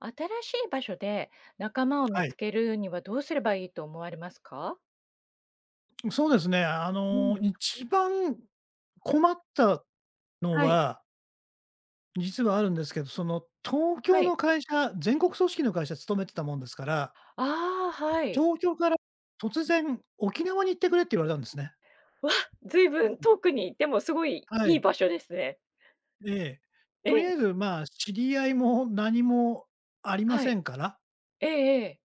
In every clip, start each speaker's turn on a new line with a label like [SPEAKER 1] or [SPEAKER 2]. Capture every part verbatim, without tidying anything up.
[SPEAKER 1] 新しい場所で仲間を見
[SPEAKER 2] は
[SPEAKER 1] つ
[SPEAKER 2] い。
[SPEAKER 1] けるにはどうすればいいと思われますか？
[SPEAKER 2] そうですね。あ
[SPEAKER 1] うん、
[SPEAKER 2] の、一番困ったの
[SPEAKER 1] はい、
[SPEAKER 2] は、実はあるんですけど、その東
[SPEAKER 1] は
[SPEAKER 2] 京
[SPEAKER 1] い。
[SPEAKER 2] の会社、全国組織の会社勤めてたもんですから、
[SPEAKER 1] ああ、はい。
[SPEAKER 2] 東京から突然沖縄に行ってくれって言われたんですね。
[SPEAKER 1] わ、随分遠くにいてもすごい
[SPEAKER 2] は
[SPEAKER 1] いい
[SPEAKER 2] い。
[SPEAKER 1] 場所ですね。
[SPEAKER 2] ええ。
[SPEAKER 1] え
[SPEAKER 2] とりあ
[SPEAKER 1] え、
[SPEAKER 2] えず、まあ、知り合いも何もありま
[SPEAKER 1] は
[SPEAKER 2] せ
[SPEAKER 1] い。
[SPEAKER 2] んから、
[SPEAKER 1] ええええ、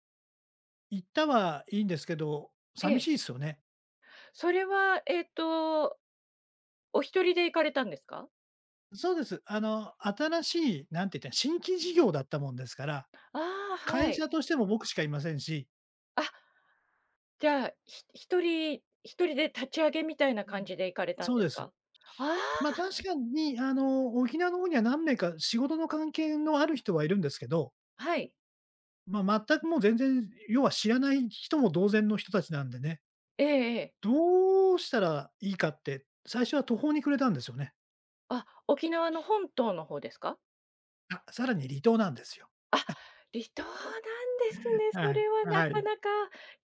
[SPEAKER 2] 行ったはいいんですけど、
[SPEAKER 1] え
[SPEAKER 2] 寂
[SPEAKER 1] え。
[SPEAKER 2] しいですよね。
[SPEAKER 1] それは、えっと、お一人で行かれたんですか？
[SPEAKER 2] そうです。あの、新しい、なんて言ったら、新規事業だったもんですから、
[SPEAKER 1] ああ、は
[SPEAKER 2] 会
[SPEAKER 1] い。
[SPEAKER 2] 社としても僕しかいませんし、
[SPEAKER 1] あ、じゃあ、ひ一人一人で立ち上げみたいな感じで行かれたん
[SPEAKER 2] そ
[SPEAKER 1] で
[SPEAKER 2] う
[SPEAKER 1] す
[SPEAKER 2] です。
[SPEAKER 1] か？ああ、
[SPEAKER 2] ま、確かに、あの、沖縄の方には何名か仕事の関係のある人はいるんですけど、
[SPEAKER 1] はい。
[SPEAKER 2] ま、全くもう全然、要は知らない人も同然の人たちなんでね、
[SPEAKER 1] ええええ。
[SPEAKER 2] どうしたらいいかって、最初は途方に暮れたんですよね。
[SPEAKER 1] あ、沖縄の本島の方ですか？
[SPEAKER 2] あ、さらに離島なんですよ。
[SPEAKER 1] あ、離島なんですね。そ
[SPEAKER 2] はい、
[SPEAKER 1] れはな
[SPEAKER 2] は
[SPEAKER 1] か
[SPEAKER 2] い、
[SPEAKER 1] なか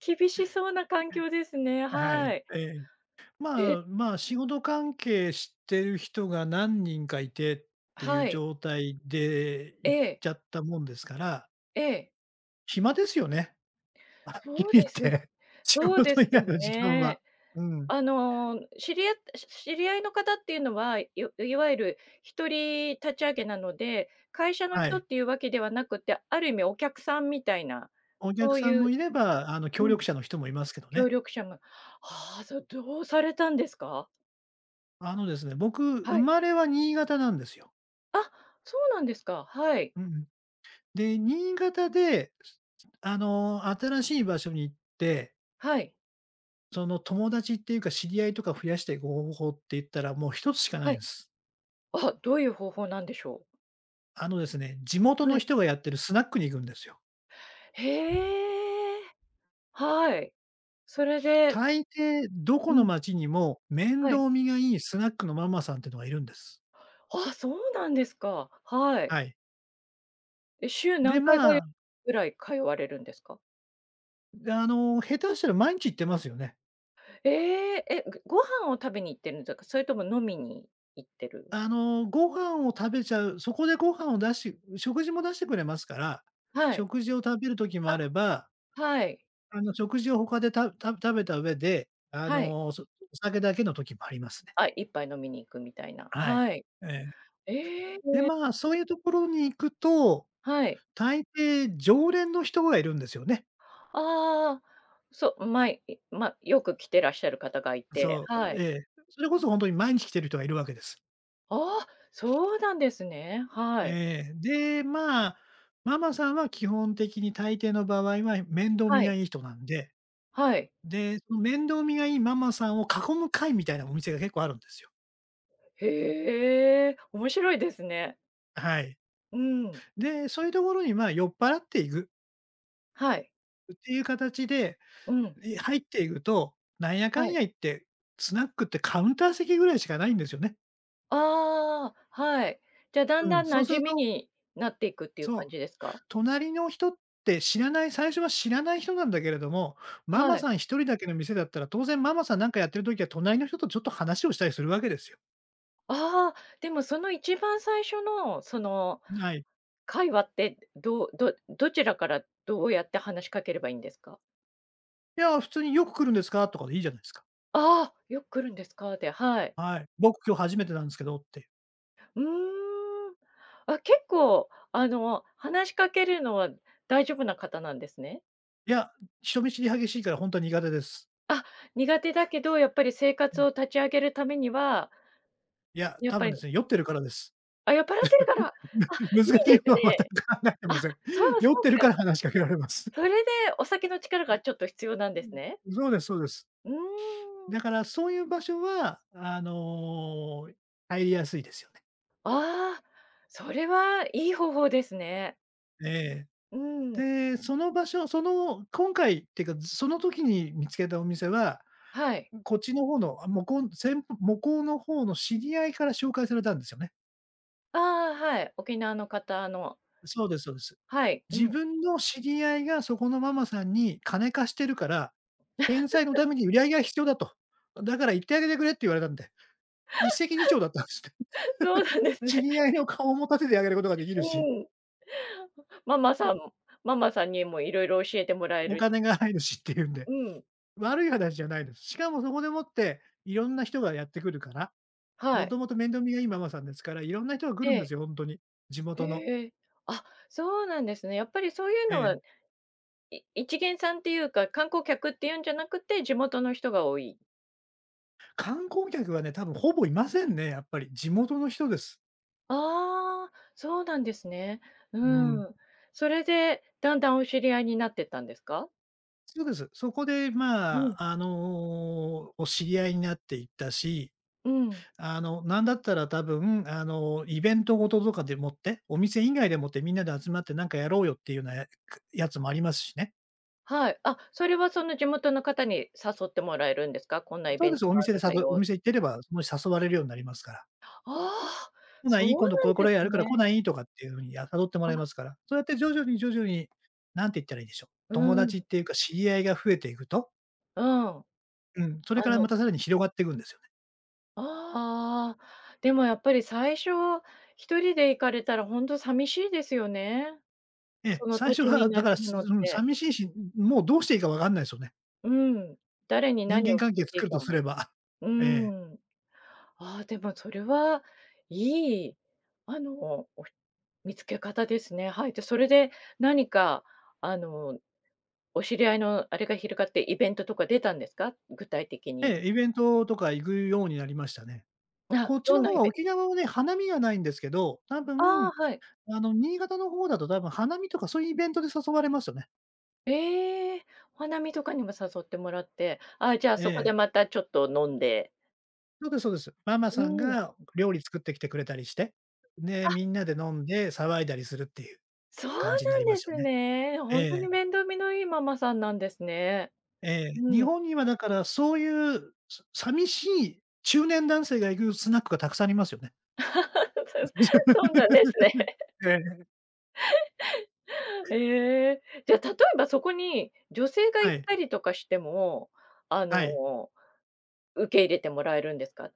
[SPEAKER 1] 厳しそうな環境ですね。
[SPEAKER 2] は
[SPEAKER 1] は
[SPEAKER 2] い、
[SPEAKER 1] い。
[SPEAKER 2] ええ。
[SPEAKER 1] で
[SPEAKER 2] まあまあ、仕事関係知ってる人が何人かいてってい
[SPEAKER 1] は
[SPEAKER 2] う
[SPEAKER 1] い。
[SPEAKER 2] 状態で
[SPEAKER 1] え
[SPEAKER 2] 行っ
[SPEAKER 1] え、
[SPEAKER 2] ちゃったもんですから、
[SPEAKER 1] ええ。
[SPEAKER 2] 暇ですよね。はっきり
[SPEAKER 1] そう
[SPEAKER 2] 言っ
[SPEAKER 1] です。
[SPEAKER 2] て、仕
[SPEAKER 1] そうで
[SPEAKER 2] 事
[SPEAKER 1] す
[SPEAKER 2] 以外の時間は、
[SPEAKER 1] ね。
[SPEAKER 2] うん、
[SPEAKER 1] あの、知り合ったし知り合いの方っていうのは、いいわゆる一人立ち上げなので、会社の
[SPEAKER 2] は
[SPEAKER 1] 人っ
[SPEAKER 2] い。
[SPEAKER 1] ていうわけではなくて、ある意味お客さんみたいな、
[SPEAKER 2] お
[SPEAKER 1] そ
[SPEAKER 2] 客
[SPEAKER 1] う
[SPEAKER 2] さん
[SPEAKER 1] い
[SPEAKER 2] も
[SPEAKER 1] う
[SPEAKER 2] いれば、あの、
[SPEAKER 1] う
[SPEAKER 2] 協
[SPEAKER 1] ん、
[SPEAKER 2] 力者の人もいますけど
[SPEAKER 1] 協
[SPEAKER 2] ね。
[SPEAKER 1] 力者もああ、それどうされたんですか？
[SPEAKER 2] あのですね、僕、
[SPEAKER 1] は
[SPEAKER 2] 生
[SPEAKER 1] い。
[SPEAKER 2] まれは新潟なんですよ。
[SPEAKER 1] あ、そうなんですか。はい。
[SPEAKER 2] うん。で、新潟で、あの、新しい場所に行って、
[SPEAKER 1] はい。
[SPEAKER 2] その友達っていうか知り合いとか増やしていく方法って言ったら、もう一つしかな
[SPEAKER 1] は
[SPEAKER 2] いん
[SPEAKER 1] い。
[SPEAKER 2] です。
[SPEAKER 1] あ、どういう方法なんでしょ
[SPEAKER 2] あのですね、地元
[SPEAKER 1] う？は
[SPEAKER 2] の
[SPEAKER 1] い。
[SPEAKER 2] 人がやってるスナックに行くんですよ。
[SPEAKER 1] へえ。はい。それで
[SPEAKER 2] 大抵どこ
[SPEAKER 1] う
[SPEAKER 2] の
[SPEAKER 1] ん、
[SPEAKER 2] 町にも面
[SPEAKER 1] はい。
[SPEAKER 2] 倒見がいいスナックのママさんっていうのがいるんです。
[SPEAKER 1] あ、そうなんですか。はい。
[SPEAKER 2] はい。
[SPEAKER 1] え、週何
[SPEAKER 2] で、
[SPEAKER 1] 回か
[SPEAKER 2] ま
[SPEAKER 1] よ
[SPEAKER 2] あ、
[SPEAKER 1] ぐらい通われるんですか？
[SPEAKER 2] あの、下手したら毎日行ってますよね。
[SPEAKER 1] ええ、え、ぐご飯を食べに行ってるんですか？それとも飲みに行ってる？
[SPEAKER 2] あの、ご飯を食べちゃう、そこでご飯を出し食事も出してくれますから、
[SPEAKER 1] はい。
[SPEAKER 2] 食事を食べる時もあ
[SPEAKER 1] あ、
[SPEAKER 2] れば、
[SPEAKER 1] はい。
[SPEAKER 2] あの、食事を他でたた食べた上で、あ
[SPEAKER 1] はい。
[SPEAKER 2] の、そお酒だけの時もありますね。
[SPEAKER 1] あ、ぱ杯飲みに行くみたいな。
[SPEAKER 2] はい。
[SPEAKER 1] はい。
[SPEAKER 2] ええ。
[SPEAKER 1] ええ、
[SPEAKER 2] で、まあ、そういうところに行くと、
[SPEAKER 1] はい。
[SPEAKER 2] 大抵常連の人がいるんですよね。
[SPEAKER 1] ああ、そう、まいいま、よく来てらっしゃる方がいて、
[SPEAKER 2] そ
[SPEAKER 1] は
[SPEAKER 2] う、
[SPEAKER 1] い。
[SPEAKER 2] ええ。それこそほんとに毎日来てる人がいるわけです。
[SPEAKER 1] ああ、そうなんですね。はい。
[SPEAKER 2] ええ、で、まあ、ママさんは基本的に大抵の場合は面倒
[SPEAKER 1] は
[SPEAKER 2] 見
[SPEAKER 1] い。
[SPEAKER 2] がいい人なんで、
[SPEAKER 1] はい。
[SPEAKER 2] で、その面倒見がいいママさんを囲む会みたいなお店が結構あるんですよ。
[SPEAKER 1] へえ、面白いですね。
[SPEAKER 2] はい。
[SPEAKER 1] うん。
[SPEAKER 2] で、そういうところに、まあ、酔っ払っていく
[SPEAKER 1] はい。
[SPEAKER 2] っていう形で、
[SPEAKER 1] うん。
[SPEAKER 2] い入っていくと、なんやか
[SPEAKER 1] は
[SPEAKER 2] ん
[SPEAKER 1] い。
[SPEAKER 2] や言って、スナックってカウンター席ぐらいしかないんですよね。
[SPEAKER 1] ああ、はい。じゃあ、だん
[SPEAKER 2] う
[SPEAKER 1] だ
[SPEAKER 2] ん、
[SPEAKER 1] ん
[SPEAKER 2] そうす
[SPEAKER 1] 馴染
[SPEAKER 2] る
[SPEAKER 1] み
[SPEAKER 2] と、
[SPEAKER 1] になっていくっていう感
[SPEAKER 2] そ
[SPEAKER 1] じで
[SPEAKER 2] う。
[SPEAKER 1] すか？
[SPEAKER 2] 隣の人って知らない、最初は知らない人なんだけれども、マ
[SPEAKER 1] は
[SPEAKER 2] マ
[SPEAKER 1] い。
[SPEAKER 2] さん一人だけの店だったら、当然ママさんなんかやってる時は、隣の人とちょっと話をしたりするわけですよ。
[SPEAKER 1] ああ、でもその一番最初のその
[SPEAKER 2] はい。
[SPEAKER 1] 会話って、どうどどちらからどうやって話しかければいいんですか？
[SPEAKER 2] いや、普通によく来るんですかとかでいいじゃないですか。
[SPEAKER 1] ああー、よく来るんですか？で、はい。
[SPEAKER 2] はい。僕今日初めてなんですけどって。
[SPEAKER 1] うーん。あ、結構、あの、話しかけるのは大丈夫な方なんですね。
[SPEAKER 2] いや、人見知り激しいから本当は苦手です。
[SPEAKER 1] あ、苦手だけど、やっぱり生活を立ち上げるためには、
[SPEAKER 2] いや、
[SPEAKER 1] やっ
[SPEAKER 2] 多
[SPEAKER 1] ぱ
[SPEAKER 2] 分
[SPEAKER 1] り
[SPEAKER 2] ですね、酔ってるからです。
[SPEAKER 1] あ、酔っ払ってるから、あ、
[SPEAKER 2] 難
[SPEAKER 1] い
[SPEAKER 2] し
[SPEAKER 1] いで
[SPEAKER 2] い
[SPEAKER 1] す
[SPEAKER 2] ことは全
[SPEAKER 1] ね。
[SPEAKER 2] く考えて
[SPEAKER 1] あ、
[SPEAKER 2] ません。
[SPEAKER 1] そうそ
[SPEAKER 2] 酔っ
[SPEAKER 1] う
[SPEAKER 2] てる
[SPEAKER 1] か。
[SPEAKER 2] から話しかけられます。
[SPEAKER 1] それでお酒の力がちょっと必要なんですね。
[SPEAKER 2] そうですそうです。
[SPEAKER 1] うーん。
[SPEAKER 2] だからそういう場所は、あの、入りやすいですよね。
[SPEAKER 1] ああ、それはいい方法ですね。
[SPEAKER 2] ええ。
[SPEAKER 1] うん。
[SPEAKER 2] で、その場所、その今回っていうか、その時に見つけたお店は、
[SPEAKER 1] はい。
[SPEAKER 2] こっちの方の、あ、向こうせん向こうの方の知り合いから紹介されたんですよね。
[SPEAKER 1] ああ、はい。沖縄の方の
[SPEAKER 2] そうですそうです。
[SPEAKER 1] はい、う
[SPEAKER 2] 自
[SPEAKER 1] ん。
[SPEAKER 2] 分の知り合いがそこのママさんに金貸してるから、返済のために売り上げが必要だと。だから行ってあげてくれって言われたんで、一石二鳥だったんですね。
[SPEAKER 1] そうなんで す
[SPEAKER 2] 知
[SPEAKER 1] ね。
[SPEAKER 2] り合いの顔も立ててあげることができるし、
[SPEAKER 1] うん。ママさんママさんにもいろいろ教えてもらえ
[SPEAKER 2] お
[SPEAKER 1] るし
[SPEAKER 2] 金が入るしっていうんで、
[SPEAKER 1] うん、
[SPEAKER 2] 悪い話じゃないです。しかもそこでもって、いろんな人がやってくるから、
[SPEAKER 1] は
[SPEAKER 2] も
[SPEAKER 1] い。
[SPEAKER 2] ともと面倒見がいいママさんですから、いろんな人が来る
[SPEAKER 1] え
[SPEAKER 2] んで
[SPEAKER 1] え、
[SPEAKER 2] すよ、ほんとに。地元の。
[SPEAKER 1] ええ。あ、そうなんですね。やっぱりそういう
[SPEAKER 2] え
[SPEAKER 1] のは、
[SPEAKER 2] え。
[SPEAKER 1] い一見さんっていうか、観光客っていうんじゃなくて、地元の人が多い。
[SPEAKER 2] 観光客はね、多分ほぼいませんね、やっぱり。地元の人です。
[SPEAKER 1] ああ、そうなんですね。
[SPEAKER 2] う
[SPEAKER 1] う
[SPEAKER 2] ん。
[SPEAKER 1] ん。それで、だんだんお知り合いになってったんですか？
[SPEAKER 2] そうです。そこで、
[SPEAKER 1] う
[SPEAKER 2] ま
[SPEAKER 1] ん、
[SPEAKER 2] あ、あの、お知り合いになっていったし、
[SPEAKER 1] うん。
[SPEAKER 2] あの、なんだったら多分、あの、イベントごととかでもって、お店以外でもってみんなで集まってなんかやろうよっていうようなややつもありますしね。
[SPEAKER 1] はい。あ、それはその地元の方に誘ってもらえるんですか？こんなイ
[SPEAKER 2] そ
[SPEAKER 1] ベ
[SPEAKER 2] う
[SPEAKER 1] ン
[SPEAKER 2] です、
[SPEAKER 1] ト
[SPEAKER 2] お
[SPEAKER 1] があ
[SPEAKER 2] 店で
[SPEAKER 1] るん
[SPEAKER 2] さ
[SPEAKER 1] だ
[SPEAKER 2] ぶお
[SPEAKER 1] よ。
[SPEAKER 2] 店行ってれば、その誘われるようになりますから。
[SPEAKER 1] ああ、
[SPEAKER 2] 来な
[SPEAKER 1] そう
[SPEAKER 2] い？今度
[SPEAKER 1] な
[SPEAKER 2] こ
[SPEAKER 1] ん
[SPEAKER 2] れこ
[SPEAKER 1] で
[SPEAKER 2] れ
[SPEAKER 1] す
[SPEAKER 2] やるから来
[SPEAKER 1] ね。
[SPEAKER 2] ない？とかっていう風に、や誘ってもら
[SPEAKER 1] あ、
[SPEAKER 2] いますから。そうやって徐々に徐々に、なんて言ったらいいんでしょう。
[SPEAKER 1] う
[SPEAKER 2] 友
[SPEAKER 1] ん。
[SPEAKER 2] 達っていうか知り合いが増えていくと、
[SPEAKER 1] うん。
[SPEAKER 2] うん、それ
[SPEAKER 1] あ
[SPEAKER 2] からま
[SPEAKER 1] の
[SPEAKER 2] たさらに広がっていくんですよね。
[SPEAKER 1] ああ、でもやっぱり最初一人で行かれたらほんと寂しいですよね。
[SPEAKER 2] ええ、
[SPEAKER 1] その
[SPEAKER 2] 最
[SPEAKER 1] 土
[SPEAKER 2] 初
[SPEAKER 1] 地に
[SPEAKER 2] はだ
[SPEAKER 1] 馴
[SPEAKER 2] から、
[SPEAKER 1] 染む
[SPEAKER 2] す、
[SPEAKER 1] のっ
[SPEAKER 2] うん、
[SPEAKER 1] て。
[SPEAKER 2] 寂しいし、もうどうしていいか分かんないですよね。
[SPEAKER 1] うん。誰に
[SPEAKER 2] 人
[SPEAKER 1] 何
[SPEAKER 2] 間
[SPEAKER 1] を
[SPEAKER 2] 関
[SPEAKER 1] 聞い
[SPEAKER 2] 係
[SPEAKER 1] てい
[SPEAKER 2] 作
[SPEAKER 1] い
[SPEAKER 2] る
[SPEAKER 1] か
[SPEAKER 2] とす
[SPEAKER 1] も。
[SPEAKER 2] れば。
[SPEAKER 1] うー
[SPEAKER 2] ええ。
[SPEAKER 1] ん。ああ、でもそれはいい、あの、お見つけ方ですね。はい。で、それで何かあの、お知り合いのあれが広がってイベントとか出たんですか？具体的に。
[SPEAKER 2] ええ、イベントとか行くようになりましたね。
[SPEAKER 1] あ、
[SPEAKER 2] こっち
[SPEAKER 1] どん
[SPEAKER 2] の
[SPEAKER 1] な
[SPEAKER 2] 方
[SPEAKER 1] イ
[SPEAKER 2] は
[SPEAKER 1] ベ
[SPEAKER 2] 沖縄はね、花見がないんですけど、多
[SPEAKER 1] ああ、
[SPEAKER 2] 分、
[SPEAKER 1] はい。
[SPEAKER 2] あの、新潟の方だと多分花見とかそういうイベントで誘われますよね。
[SPEAKER 1] ええ、お花見とかにも誘ってもらって、あ、じゃあ、
[SPEAKER 2] え
[SPEAKER 1] そこで
[SPEAKER 2] え。
[SPEAKER 1] またちょっと飲んで
[SPEAKER 2] そうですそうです。ママ
[SPEAKER 1] う
[SPEAKER 2] さん
[SPEAKER 1] ん。
[SPEAKER 2] が料理作ってきてくれたりして、で、
[SPEAKER 1] あ、
[SPEAKER 2] みんなで飲んで騒いだりするっていう
[SPEAKER 1] そう
[SPEAKER 2] 感じにな
[SPEAKER 1] なん
[SPEAKER 2] りま
[SPEAKER 1] で
[SPEAKER 2] すよ
[SPEAKER 1] す
[SPEAKER 2] ね。
[SPEAKER 1] ね。
[SPEAKER 2] え
[SPEAKER 1] ほんと
[SPEAKER 2] え、
[SPEAKER 1] に面倒見のいいママさんなんですね。
[SPEAKER 2] ええ。日
[SPEAKER 1] うん。
[SPEAKER 2] 本にはだからそういう、さ寂しい中年男性が行くスナックがたくさんありますよね。
[SPEAKER 1] そうなんですね。
[SPEAKER 2] ええ、
[SPEAKER 1] ええ、じゃあ、例えばそこに女性が
[SPEAKER 2] は
[SPEAKER 1] 行っ
[SPEAKER 2] い、
[SPEAKER 1] たりとかしても、あ
[SPEAKER 2] はい。
[SPEAKER 1] の、受け入れてもらえるんですか？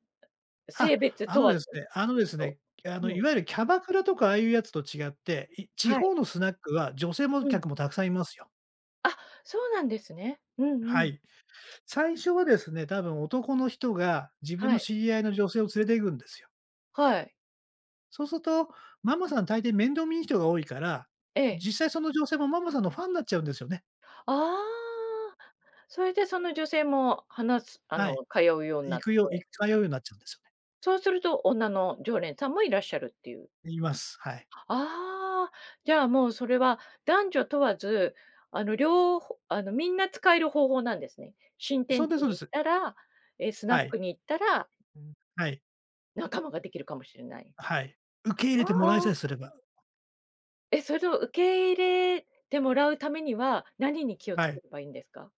[SPEAKER 1] 性
[SPEAKER 2] あ、
[SPEAKER 1] 別
[SPEAKER 2] あ
[SPEAKER 1] 問
[SPEAKER 2] の
[SPEAKER 1] わ
[SPEAKER 2] です
[SPEAKER 1] ず？
[SPEAKER 2] ねあの
[SPEAKER 1] きっ
[SPEAKER 2] です
[SPEAKER 1] と。
[SPEAKER 2] ね、あの、
[SPEAKER 1] うん。
[SPEAKER 2] いわゆるキャバクラとかああいうやつと違って、い地
[SPEAKER 1] はい。
[SPEAKER 2] 方のスナックは女性も
[SPEAKER 1] うん。
[SPEAKER 2] 客もたくさんいますよ。
[SPEAKER 1] あ、そうなんですね。うんう
[SPEAKER 2] は
[SPEAKER 1] ん。
[SPEAKER 2] い。最初はですね、多分男の人が自分
[SPEAKER 1] は
[SPEAKER 2] の
[SPEAKER 1] い。
[SPEAKER 2] 知り合いの女性を連れて行くんですよ。
[SPEAKER 1] はい。
[SPEAKER 2] そうすると、ママさん大抵面倒見いい人が多いから、
[SPEAKER 1] ええ。
[SPEAKER 2] 実際その女性もママさんのファンになっちゃうんですよね。
[SPEAKER 1] ああ、それでその女性も話すあ
[SPEAKER 2] はい。
[SPEAKER 1] の、通うようにな
[SPEAKER 2] 行
[SPEAKER 1] っ
[SPEAKER 2] くよ行
[SPEAKER 1] て、
[SPEAKER 2] く通うようになっちゃうんですよ
[SPEAKER 1] そうすると女の常連さんもいらっしゃるっていう。
[SPEAKER 2] ね。います。はい。
[SPEAKER 1] ああ、じゃあもうそれは男女問わず、あの、両方あの、みんな使える方法なんですね。新
[SPEAKER 2] そ
[SPEAKER 1] 天
[SPEAKER 2] う
[SPEAKER 1] 地
[SPEAKER 2] ですそうで
[SPEAKER 1] に行っ
[SPEAKER 2] す。
[SPEAKER 1] たら、え、スナッ
[SPEAKER 2] は
[SPEAKER 1] ク
[SPEAKER 2] い。
[SPEAKER 1] に行ったら、
[SPEAKER 2] うん、はい、
[SPEAKER 1] 仲間ができるかもしれない。
[SPEAKER 2] はい。受け入
[SPEAKER 1] あ
[SPEAKER 2] れてもらえさえ
[SPEAKER 1] あ、
[SPEAKER 2] すれば。
[SPEAKER 1] え、それを受け入れてもらうためには、何に気をつ
[SPEAKER 2] は
[SPEAKER 1] け
[SPEAKER 2] い。
[SPEAKER 1] ればいいんですか？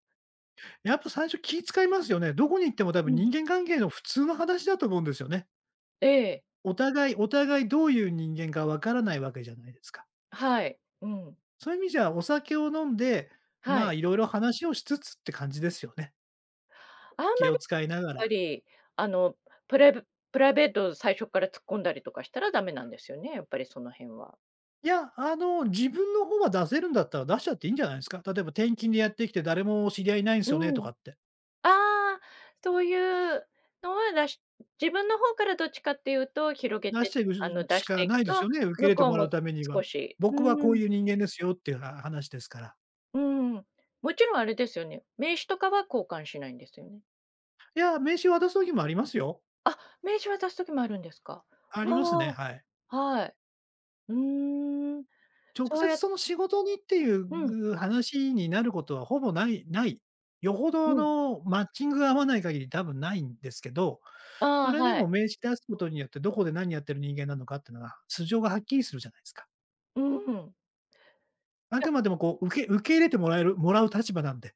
[SPEAKER 2] やっぱ最初気使いますよね。どこに行っても多
[SPEAKER 1] う
[SPEAKER 2] 分
[SPEAKER 1] ん。
[SPEAKER 2] 人間関係の普通の話だと思うんですよね。
[SPEAKER 1] ええ、
[SPEAKER 2] お互いお互いどういう人間かわからないわけじゃないですか。
[SPEAKER 1] はい。うん、
[SPEAKER 2] そういう意味じゃ、お酒を飲んで、
[SPEAKER 1] は
[SPEAKER 2] まあ、
[SPEAKER 1] い。
[SPEAKER 2] いろいろ話をしつつって感じですよね。
[SPEAKER 1] あんまり、
[SPEAKER 2] 気を使いながら。
[SPEAKER 1] やっぱり、あの、プライブプライベート最初から突っ込んだりとかしたらダメなんですよね、やっぱりその辺は。
[SPEAKER 2] いや、あの、自分の方は出せるんだったら出しちゃっていいんじゃないですか。例えば転勤でやってきて誰も知り合いいないんですよねと
[SPEAKER 1] うん。
[SPEAKER 2] かって。
[SPEAKER 1] ああ、そういうのは出し自分の方からどっちかっていうと、広げ
[SPEAKER 2] 出し
[SPEAKER 1] て、
[SPEAKER 2] ていく
[SPEAKER 1] あの、出
[SPEAKER 2] し
[SPEAKER 1] して
[SPEAKER 2] か
[SPEAKER 1] い
[SPEAKER 2] な
[SPEAKER 1] く
[SPEAKER 2] いで
[SPEAKER 1] と、
[SPEAKER 2] すよね、受け入
[SPEAKER 1] 向
[SPEAKER 2] れて
[SPEAKER 1] こう
[SPEAKER 2] もらう
[SPEAKER 1] も
[SPEAKER 2] ためには。
[SPEAKER 1] 少しう
[SPEAKER 2] 僕は
[SPEAKER 1] ー
[SPEAKER 2] こう
[SPEAKER 1] ん、
[SPEAKER 2] いう人間ですよっていうは話ですから。
[SPEAKER 1] うーん。もちろんあれですよね、名刺とかは交換しないんですよね？
[SPEAKER 2] いや、名刺渡す時もありますよ。
[SPEAKER 1] あ、名刺渡す時もあるんですか？
[SPEAKER 2] ありますね、
[SPEAKER 1] あ
[SPEAKER 2] はい。
[SPEAKER 1] あ、はい。うーん、
[SPEAKER 2] 直
[SPEAKER 1] そう
[SPEAKER 2] 接
[SPEAKER 1] や
[SPEAKER 2] その仕事にってい
[SPEAKER 1] うん、
[SPEAKER 2] う話になることはほぼないない。よほど
[SPEAKER 1] うん。
[SPEAKER 2] のマッチングが合わない限り多分ないんですけど、
[SPEAKER 1] あ
[SPEAKER 2] そ
[SPEAKER 1] あ、
[SPEAKER 2] れで
[SPEAKER 1] はい。
[SPEAKER 2] も名刺出すことによってどこで何やってる人間なのかっていうのが、素性がはっきりするじゃないですか。
[SPEAKER 1] うん。い
[SPEAKER 2] あ
[SPEAKER 1] や、
[SPEAKER 2] くまでもこう受け受け入れてもらえるもらう立場なんで、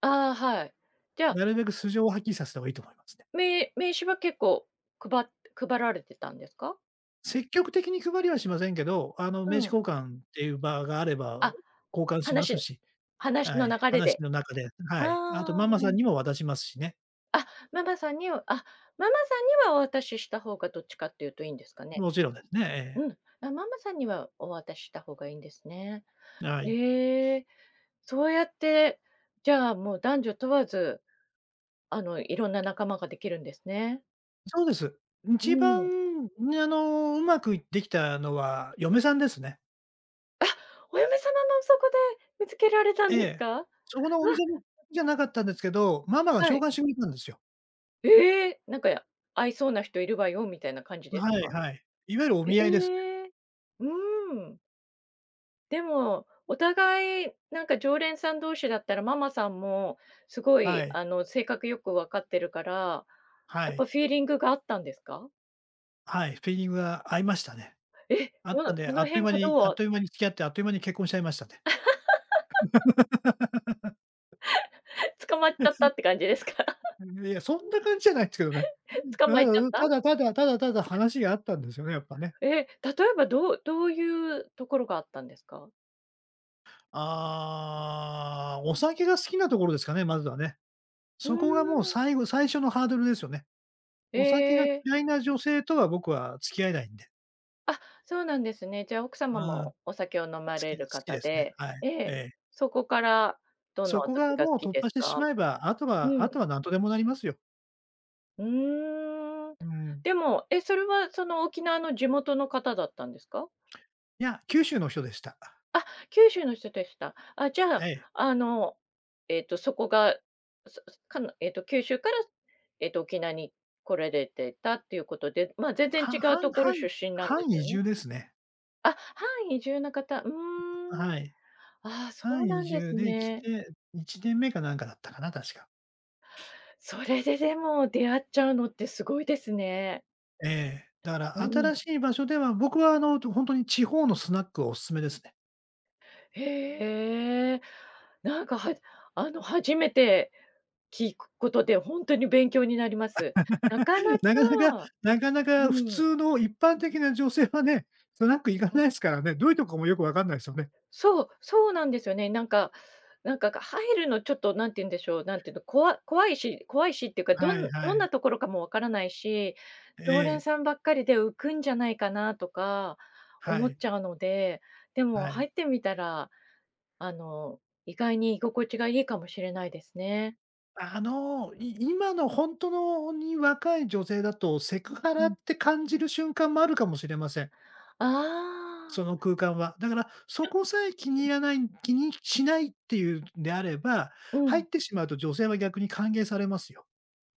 [SPEAKER 1] ああ、はい。じゃあ、
[SPEAKER 2] なるべく素性をはっきりさせた方がいいと思いますね。
[SPEAKER 1] 名名刺は結構配っ配られてたんですか？
[SPEAKER 2] 積極的に配りはしませんけど、あの、
[SPEAKER 1] う
[SPEAKER 2] 名刺
[SPEAKER 1] ん。
[SPEAKER 2] 交換っていう場があれば
[SPEAKER 1] あ、
[SPEAKER 2] 交換しま
[SPEAKER 1] 話
[SPEAKER 2] すし、
[SPEAKER 1] 話
[SPEAKER 2] は
[SPEAKER 1] の
[SPEAKER 2] い、
[SPEAKER 1] 流れ
[SPEAKER 2] 話
[SPEAKER 1] で。
[SPEAKER 2] の中で、
[SPEAKER 1] あ
[SPEAKER 2] はい。あとママ
[SPEAKER 1] あ。
[SPEAKER 2] さんにも渡しますしね。
[SPEAKER 1] あ、ママさんにはあ、ママさんにはお渡しした方がどっちかっていうといいんですかね？
[SPEAKER 2] もちろんですね、ええ。
[SPEAKER 1] うん。あ、ママさんにはお渡しした方がいいんですね。
[SPEAKER 2] はい。
[SPEAKER 1] ええ、そうやって、じゃあ、もう男女問わず、あの、いろんな仲間ができるんですね。
[SPEAKER 2] そうです。
[SPEAKER 1] う
[SPEAKER 2] 一
[SPEAKER 1] ん。
[SPEAKER 2] 番、ね、あの、うまくいできたのは嫁さんですね。
[SPEAKER 1] お嫁様もそこで見つけられたん
[SPEAKER 2] え
[SPEAKER 1] です
[SPEAKER 2] え。
[SPEAKER 1] か？わ、
[SPEAKER 2] そこのお店のじゃなかったんですけど、ママが
[SPEAKER 1] は
[SPEAKER 2] 紹
[SPEAKER 1] い。
[SPEAKER 2] 介してくれたんですよ。
[SPEAKER 1] ええ、なんか、合いそうな人いるわよ」みたいな感じです
[SPEAKER 2] はい
[SPEAKER 1] か？
[SPEAKER 2] はい。いわゆるお
[SPEAKER 1] え
[SPEAKER 2] 見合いですね。
[SPEAKER 1] え。うーん。でも、お互いなんか常連さん同士だったらママさんもすご
[SPEAKER 2] は
[SPEAKER 1] い、
[SPEAKER 2] い。
[SPEAKER 1] あの、性格よく分かってるから、
[SPEAKER 2] は
[SPEAKER 1] やっぱ
[SPEAKER 2] い。
[SPEAKER 1] フィーリングがあったんですか？
[SPEAKER 2] はい、フィーリングが合いましたね。
[SPEAKER 1] え、
[SPEAKER 2] あっ
[SPEAKER 1] どの
[SPEAKER 2] たんで、
[SPEAKER 1] ど
[SPEAKER 2] あ
[SPEAKER 1] の
[SPEAKER 2] っという
[SPEAKER 1] 辺
[SPEAKER 2] 間
[SPEAKER 1] が
[SPEAKER 2] にあ
[SPEAKER 1] ど
[SPEAKER 2] っ
[SPEAKER 1] う
[SPEAKER 2] という間に付き合って、あっという間に結婚しちゃいましたね。
[SPEAKER 1] 捕まっちゃったって感じですか？
[SPEAKER 2] いや、そんな感じじゃないですけどね。
[SPEAKER 1] 捕まえちゃっ
[SPEAKER 2] うん、
[SPEAKER 1] た？
[SPEAKER 2] ただただただただ話があったんですよね、やっぱね。
[SPEAKER 1] ええ、例えばどうどういうところがあったんですか？
[SPEAKER 2] ああ、お酒が好きなところですかね、まずはね。
[SPEAKER 1] うー
[SPEAKER 2] そこがもう
[SPEAKER 1] ん。
[SPEAKER 2] 最後最初のハードルですよね。
[SPEAKER 1] え
[SPEAKER 2] お酒が
[SPEAKER 1] え。
[SPEAKER 2] 嫌いな女性とは僕は付き合えないんで。
[SPEAKER 1] あ、そうなんですね。じゃあ、奥
[SPEAKER 2] う
[SPEAKER 1] 様
[SPEAKER 2] ん、好
[SPEAKER 1] もお酒を飲まれ
[SPEAKER 2] き好
[SPEAKER 1] る
[SPEAKER 2] き
[SPEAKER 1] 方
[SPEAKER 2] ですね。
[SPEAKER 1] で、
[SPEAKER 2] はい。
[SPEAKER 1] え
[SPEAKER 2] え
[SPEAKER 1] え、
[SPEAKER 2] え。
[SPEAKER 1] そこからどんな
[SPEAKER 2] そ
[SPEAKER 1] お
[SPEAKER 2] こ
[SPEAKER 1] 酒
[SPEAKER 2] が
[SPEAKER 1] が好
[SPEAKER 2] もう
[SPEAKER 1] き
[SPEAKER 2] 突
[SPEAKER 1] で
[SPEAKER 2] 破
[SPEAKER 1] す
[SPEAKER 2] してし
[SPEAKER 1] か？
[SPEAKER 2] まえば、あと
[SPEAKER 1] う
[SPEAKER 2] は
[SPEAKER 1] ん。
[SPEAKER 2] あとは何とでもなりますよ。
[SPEAKER 1] うーん。
[SPEAKER 2] うん。
[SPEAKER 1] でも、え、それはその沖縄の地元の方だったんですか？
[SPEAKER 2] いや、九州の人でした。
[SPEAKER 1] あ、九州の人でした。あ、じゃあ、
[SPEAKER 2] ええ。
[SPEAKER 1] あの、えっと、そこが、そかなえっと、九州から、えっと、沖縄に来られてたっていうことで、まあ、全然違
[SPEAKER 2] は
[SPEAKER 1] うと
[SPEAKER 2] 半
[SPEAKER 1] ころ
[SPEAKER 2] 半
[SPEAKER 1] 出身なんで
[SPEAKER 2] 半
[SPEAKER 1] す
[SPEAKER 2] 移
[SPEAKER 1] よね。
[SPEAKER 2] 住ですね。
[SPEAKER 1] あ、はい、移住の方。うーん。
[SPEAKER 2] はい。
[SPEAKER 1] ああ、そう
[SPEAKER 2] 半
[SPEAKER 1] な
[SPEAKER 2] 移
[SPEAKER 1] んで
[SPEAKER 2] 住
[SPEAKER 1] す
[SPEAKER 2] で来
[SPEAKER 1] ね。
[SPEAKER 2] て、いちねんめかなんかだったかな、確か。
[SPEAKER 1] それででも出会っちゃうのってすごいですね。
[SPEAKER 2] ええ。だか
[SPEAKER 1] う
[SPEAKER 2] ら
[SPEAKER 1] ん。
[SPEAKER 2] 新しい場所では、僕はあの、ほんとに地方のスナックはお勧めですね。
[SPEAKER 1] へえ。なんかはあの、初めて聞くことでほんとに勉強になります。なかな か
[SPEAKER 2] なかなかなかな
[SPEAKER 1] う
[SPEAKER 2] か普
[SPEAKER 1] ん。
[SPEAKER 2] 通の一般的な女性はね、スナック行かないすからね、どういうとこもよくわかんないすよね。
[SPEAKER 1] そう、そうなんですよね。なんかなんか、が入るのちょっとなんて言うんでしょう、なんていうの、怖い怖いし怖いしっていうか、ど
[SPEAKER 2] はい
[SPEAKER 1] ん
[SPEAKER 2] は
[SPEAKER 1] どん
[SPEAKER 2] い。
[SPEAKER 1] なところかもわからないし、
[SPEAKER 2] え
[SPEAKER 1] 常連
[SPEAKER 2] え。
[SPEAKER 1] さんばっかりで浮くんじゃないかなとか
[SPEAKER 2] は
[SPEAKER 1] 思っ
[SPEAKER 2] い、
[SPEAKER 1] ちゃうので、でも
[SPEAKER 2] は
[SPEAKER 1] 入
[SPEAKER 2] い。
[SPEAKER 1] ってみたら、あの、意外に居心地がいいかもしれないですね。
[SPEAKER 2] あの、い今のほんとのに若い女性だと、セクハ
[SPEAKER 1] う
[SPEAKER 2] ラっ
[SPEAKER 1] ん。
[SPEAKER 2] て感じる瞬間もあるかもしれません。
[SPEAKER 1] ああ、
[SPEAKER 2] その空間は。だから、そこさえ気に入らない気にしないっていうんであれば、
[SPEAKER 1] う
[SPEAKER 2] 入
[SPEAKER 1] ん。
[SPEAKER 2] ってしまうと女性は逆に歓迎されますよ。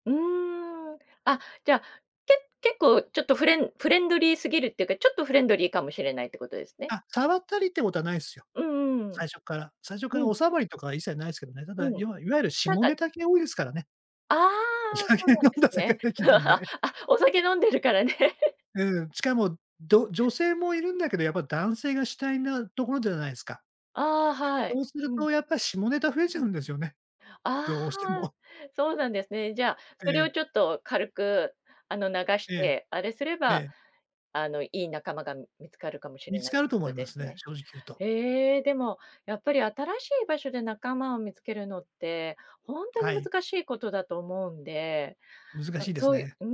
[SPEAKER 1] うーん。あ、じゃあ、け結構ちょっとフレンフレンドリーすぎるっていうか、ちょっとフレンドリーかもしれないってことですね。
[SPEAKER 2] あ、触ったりってことはないですよ。
[SPEAKER 1] うんうん。
[SPEAKER 2] 最初から。最初か
[SPEAKER 1] う
[SPEAKER 2] ら
[SPEAKER 1] ん。
[SPEAKER 2] おさわりとかは一切ないですけどね。ただ、
[SPEAKER 1] うん。
[SPEAKER 2] 要はいわゆる
[SPEAKER 1] た
[SPEAKER 2] 下ネ
[SPEAKER 1] だ
[SPEAKER 2] タ系多いですからね。
[SPEAKER 1] ああ、
[SPEAKER 2] お
[SPEAKER 1] そう
[SPEAKER 2] 酒飲
[SPEAKER 1] なんで
[SPEAKER 2] ん
[SPEAKER 1] す
[SPEAKER 2] だ世
[SPEAKER 1] ね。
[SPEAKER 2] 界的なん で。
[SPEAKER 1] あ、お酒飲んでるからね。
[SPEAKER 2] うん、しかも、ど女性もいるんだけど、やっぱ男性が主体なところじゃないですか。
[SPEAKER 1] ああ、はい。
[SPEAKER 2] そうする
[SPEAKER 1] うん。
[SPEAKER 2] とやっぱり下ネタ増えちゃうんですよね、
[SPEAKER 1] あ
[SPEAKER 2] どうして
[SPEAKER 1] あ、
[SPEAKER 2] も。
[SPEAKER 1] そうなんですね。じゃあ、それ
[SPEAKER 2] え
[SPEAKER 1] をちょ
[SPEAKER 2] え、
[SPEAKER 1] っと軽くあの、流し
[SPEAKER 2] ええ、
[SPEAKER 1] て、あれすれ
[SPEAKER 2] え
[SPEAKER 1] ば、
[SPEAKER 2] え。
[SPEAKER 1] あの、いい仲間が見つかるかもし
[SPEAKER 2] 見
[SPEAKER 1] れ
[SPEAKER 2] つ
[SPEAKER 1] ないっ
[SPEAKER 2] かる
[SPEAKER 1] て
[SPEAKER 2] と
[SPEAKER 1] こ
[SPEAKER 2] 思
[SPEAKER 1] と
[SPEAKER 2] いま
[SPEAKER 1] で
[SPEAKER 2] す
[SPEAKER 1] す
[SPEAKER 2] ね、
[SPEAKER 1] ね。
[SPEAKER 2] 正直言うと。
[SPEAKER 1] ええ、でも、やっぱり新しい場所で仲間を見つけるのって、ほんとに
[SPEAKER 2] はい、
[SPEAKER 1] 難しいことだと思うんで
[SPEAKER 2] 難
[SPEAKER 1] あ、
[SPEAKER 2] しいです
[SPEAKER 1] そうい
[SPEAKER 2] ね。
[SPEAKER 1] う、う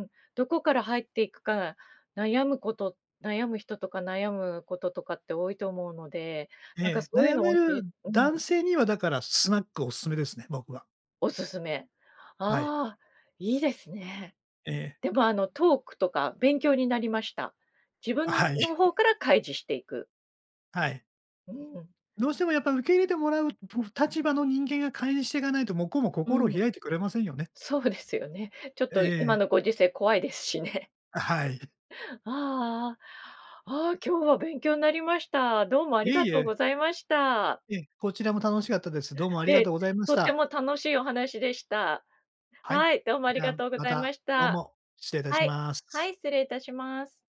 [SPEAKER 1] ーん、どこから入っていくか悩むこと悩む人とか悩むこととかって多いと思うので、なんか
[SPEAKER 2] ええ、
[SPEAKER 1] そういう
[SPEAKER 2] 悩
[SPEAKER 1] の
[SPEAKER 2] め
[SPEAKER 1] をし
[SPEAKER 2] る
[SPEAKER 1] うん、
[SPEAKER 2] 男性にはだからスナックおすすめですね、僕は。
[SPEAKER 1] おすすめ。
[SPEAKER 2] はい。
[SPEAKER 1] ああ、いいですね。
[SPEAKER 2] ええ、
[SPEAKER 1] でもあのトークとか勉強になりました。自分
[SPEAKER 2] はい、
[SPEAKER 1] の方から開示していく。
[SPEAKER 2] はい。
[SPEAKER 1] うん、
[SPEAKER 2] どうしてもやっぱ受け入れてもらう立場の人間が介していかないと、向こうも
[SPEAKER 1] う
[SPEAKER 2] 心を
[SPEAKER 1] ん、
[SPEAKER 2] 開いてくれませんよね。
[SPEAKER 1] そうですよね。ちょっ
[SPEAKER 2] え
[SPEAKER 1] と今
[SPEAKER 2] え、
[SPEAKER 1] のご時世怖いですしね。
[SPEAKER 2] はい。
[SPEAKER 1] ああ、ああ、今日は勉強になりました。どうもあ
[SPEAKER 2] い
[SPEAKER 1] り
[SPEAKER 2] え
[SPEAKER 1] が
[SPEAKER 2] い
[SPEAKER 1] とう
[SPEAKER 2] え、
[SPEAKER 1] ございました。
[SPEAKER 2] ええ、こちらも楽しかったです。どうもあり
[SPEAKER 1] え
[SPEAKER 2] がと
[SPEAKER 1] え、
[SPEAKER 2] うございまし
[SPEAKER 1] とて
[SPEAKER 2] た。
[SPEAKER 1] も楽しいお話でした。
[SPEAKER 2] はい。
[SPEAKER 1] はい、どうもあり
[SPEAKER 2] じゃ
[SPEAKER 1] が
[SPEAKER 2] あ、
[SPEAKER 1] とうご
[SPEAKER 2] ま
[SPEAKER 1] ざいま
[SPEAKER 2] た、
[SPEAKER 1] し
[SPEAKER 2] どう
[SPEAKER 1] た。
[SPEAKER 2] も、失礼いたし
[SPEAKER 1] はい、
[SPEAKER 2] ま
[SPEAKER 1] は
[SPEAKER 2] す。
[SPEAKER 1] い、失礼いたします。